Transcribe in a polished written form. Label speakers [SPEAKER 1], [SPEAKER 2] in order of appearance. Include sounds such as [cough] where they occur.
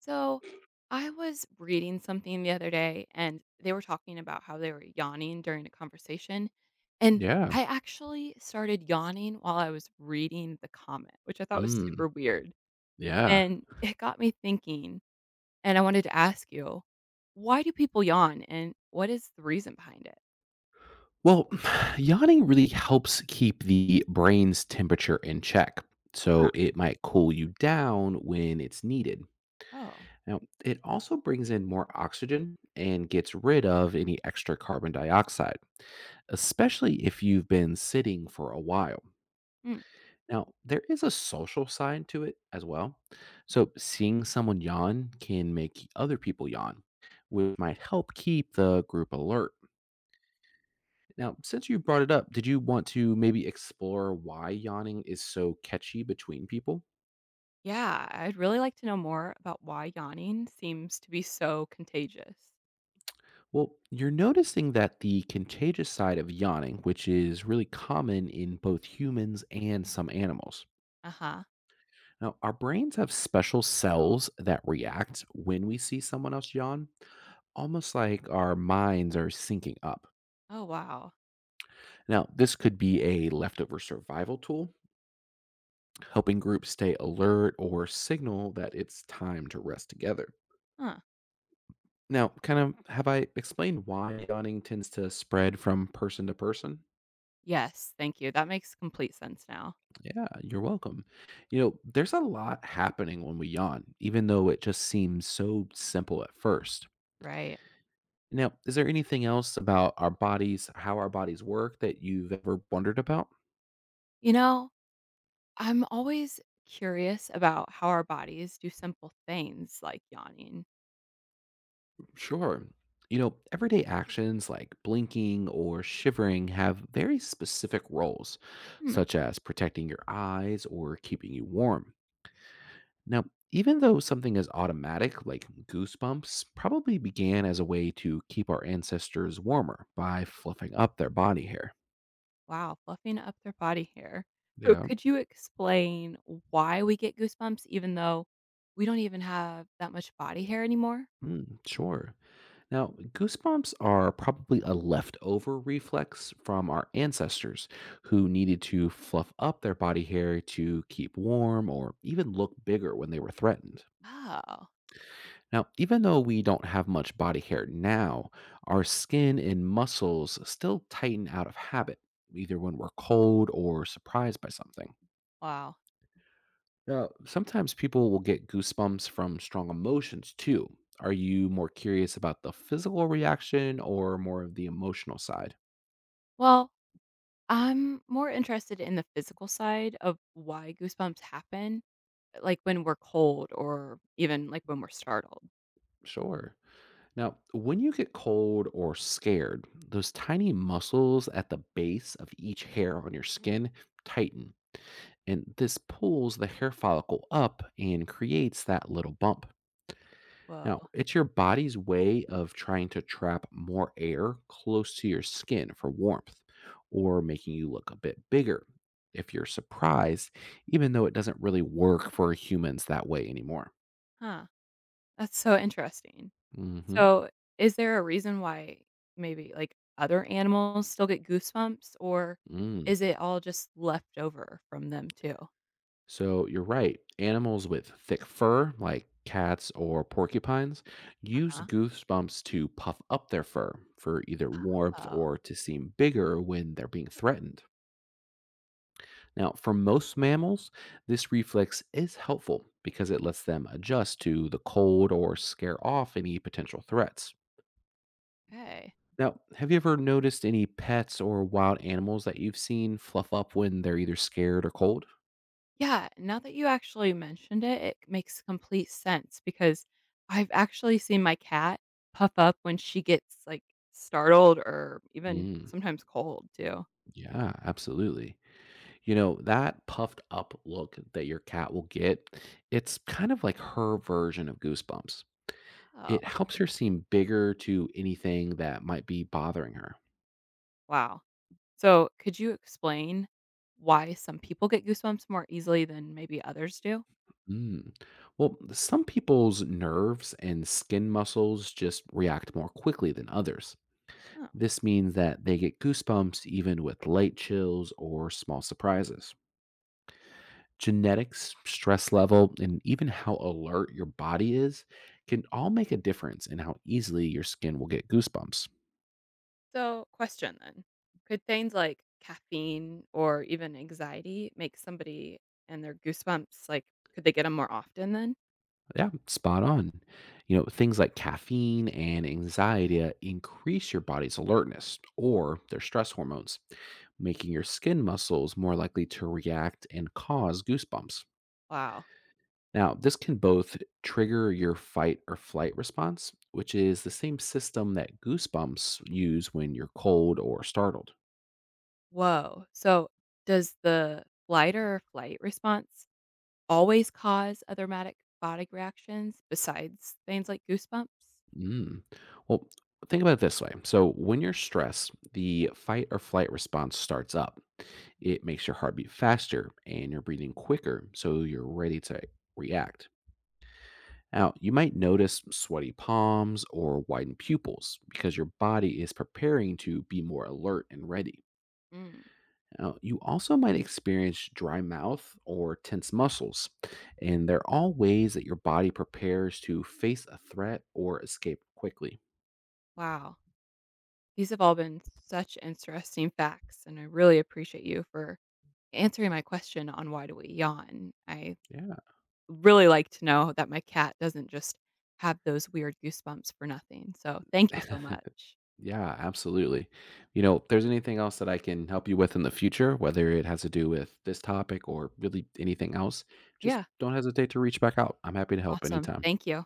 [SPEAKER 1] So I was reading something the other day and they were talking about how they were yawning during a conversation. And
[SPEAKER 2] Yeah.
[SPEAKER 1] I actually started yawning while I was reading the comment, which I thought was
[SPEAKER 2] Mm,
[SPEAKER 1] super weird.
[SPEAKER 2] yeah.
[SPEAKER 1] And it got me thinking. And I wanted to ask you, why do people yawn and what is the reason behind it?
[SPEAKER 2] Well, [sighs] yawning really helps keep the brain's temperature in check,
[SPEAKER 1] Huh.
[SPEAKER 2] so it might cool you down when it's needed.
[SPEAKER 1] Oh,
[SPEAKER 2] Now, it also brings in more oxygen and gets rid of any extra carbon dioxide, especially if you've been sitting for a while.
[SPEAKER 1] hmm,
[SPEAKER 2] Now, there is a social side to it as well. So, seeing someone yawn can make other people yawn, which might help keep the group alert. Now, since you brought it up, did you want to maybe explore why yawning is so catchy between people?
[SPEAKER 1] yeah. I'd really like to know more about why yawning seems to be so contagious.
[SPEAKER 2] Well, you're noticing that the contagious side of yawning, which is really common in both humans and some animals.
[SPEAKER 1] Uh huh.
[SPEAKER 2] Now, our brains have special cells that react when we see someone else yawn, almost like our minds are syncing up.
[SPEAKER 1] Oh, wow.
[SPEAKER 2] Now, this could be a leftover survival tool, helping groups stay alert or signal that it's time to rest together.
[SPEAKER 1] Huh.
[SPEAKER 2] Now, kind of have I explained why yawning tends to spread from person to person?
[SPEAKER 1] Yes, thank you. That makes complete sense now,
[SPEAKER 2] Yeah, you're welcome. You know, there's a lot happening when we yawn, even though it just seems so simple at first.
[SPEAKER 1] right?
[SPEAKER 2] Now, is there anything else about our bodies, how our bodies work that you've ever wondered about?
[SPEAKER 1] You know, I'm always curious about how our bodies do simple things like yawning.
[SPEAKER 2] Sure. You know, everyday actions like blinking or shivering have very specific roles,
[SPEAKER 1] Hmm,
[SPEAKER 2] such as protecting your eyes or keeping you warm. Now, even though something is automatic, like goosebumps, probably began as a way to keep our ancestors warmer by fluffing up their body hair.
[SPEAKER 1] wow, fluffing up their body hair. So,
[SPEAKER 2] Yeah,
[SPEAKER 1] could you explain why we get goosebumps even though we don't even have that much body hair anymore?
[SPEAKER 2] mm, sure. Now, goosebumps are probably a leftover reflex from our ancestors who needed to fluff up their body hair to keep warm or even look bigger when they were threatened.
[SPEAKER 1] Oh,
[SPEAKER 2] Now, even though we don't have much body hair now, our skin and muscles still tighten out of habit, either when we're cold or surprised by something.
[SPEAKER 1] wow.
[SPEAKER 2] Now, sometimes people will get goosebumps from strong emotions too. Are you more curious about the physical reaction or more of the emotional side?
[SPEAKER 1] Well, I'm more interested in the physical side of why goosebumps happen, like when we're cold or even like when we're startled.
[SPEAKER 2] Sure. Now, when you get cold or scared, those tiny muscles at the base of each hair on your skin tighten, and this pulls the hair follicle up and creates that little bump.
[SPEAKER 1] Whoa,
[SPEAKER 2] Now, it's your body's way of trying to trap more air close to your skin for warmth or making you look a bit bigger if you're surprised, even though it doesn't really work for humans that way anymore.
[SPEAKER 1] huh. That's so interesting.
[SPEAKER 2] Hmm.
[SPEAKER 1] So, is there a reason why maybe like other animals still get goosebumps, or
[SPEAKER 2] Mm.
[SPEAKER 1] is it all just left over from them too?
[SPEAKER 2] So you're right. Animals with thick fur, like cats or porcupines, use
[SPEAKER 1] Huh?
[SPEAKER 2] goosebumps to puff up their fur for either warmth
[SPEAKER 1] Oh,
[SPEAKER 2] or to seem bigger when they're being threatened. Now, for most mammals, this reflex is helpful because it lets them adjust to the cold or scare off any potential threats.
[SPEAKER 1] okay.
[SPEAKER 2] Now, have you ever noticed any pets or wild animals that you've seen fluff up when they're either scared or cold?
[SPEAKER 1] Yeah, now that you actually mentioned it, it makes complete sense because I've actually seen my cat puff up when she gets like startled or even
[SPEAKER 2] Mm,
[SPEAKER 1] sometimes cold too.
[SPEAKER 2] yeah, absolutely. You know, that puffed up look that your cat will get, it's kind of like her version of goosebumps. It
[SPEAKER 1] Oh,
[SPEAKER 2] helps her seem bigger to anything that might be bothering her.
[SPEAKER 1] wow. So, could you explain why some people get goosebumps more easily than maybe others do?
[SPEAKER 2] Mm. Well, some people's nerves and skin muscles just react more quickly than others.
[SPEAKER 1] Oh.
[SPEAKER 2] This means that they get goosebumps even with light chills or small surprises. Genetics, stress level, and even how alert your body is can all make a difference in how easily your skin will get goosebumps.
[SPEAKER 1] So, question then. Could things like caffeine or even anxiety make somebody and their goosebumps like could they get them more often then?
[SPEAKER 2] Yeah, spot on. You know, things like caffeine and anxiety increase your body's alertness or their stress hormones, making your skin muscles more likely to react and cause goosebumps.
[SPEAKER 1] Wow.
[SPEAKER 2] Now, this can both trigger your fight or flight response, which is the same system that goosebumps use when you're cold or startled.
[SPEAKER 1] Whoa. So, does the flight or flight response always cause other matic body reactions besides things like goosebumps?
[SPEAKER 2] Mm. Well, think about it this way. So, when you're stressed, the fight or flight response starts up. It makes your heartbeat faster and you're breathing quicker, so you're ready to react. Now, you might notice sweaty palms or widened pupils because your body is preparing to be more alert and ready.
[SPEAKER 1] Mm,
[SPEAKER 2] Now, you also might experience dry mouth or tense muscles, and they're all ways that your body prepares to face a threat or escape quickly.
[SPEAKER 1] wow. These have all been such interesting facts and I really appreciate you for answering my question on why do we yawn. I really like to know that my cat doesn't just have those weird goosebumps for nothing. So, thank you so
[SPEAKER 2] Yeah. [laughs]
[SPEAKER 1] much.
[SPEAKER 2] Yeah, absolutely. You know, if there's anything else that I can help you with in the future, whether it has to do with this topic or really anything else, just
[SPEAKER 1] Yeah,
[SPEAKER 2] don't hesitate to reach back out. I'm happy to help
[SPEAKER 1] awesome.
[SPEAKER 2] anytime.
[SPEAKER 1] Thank you.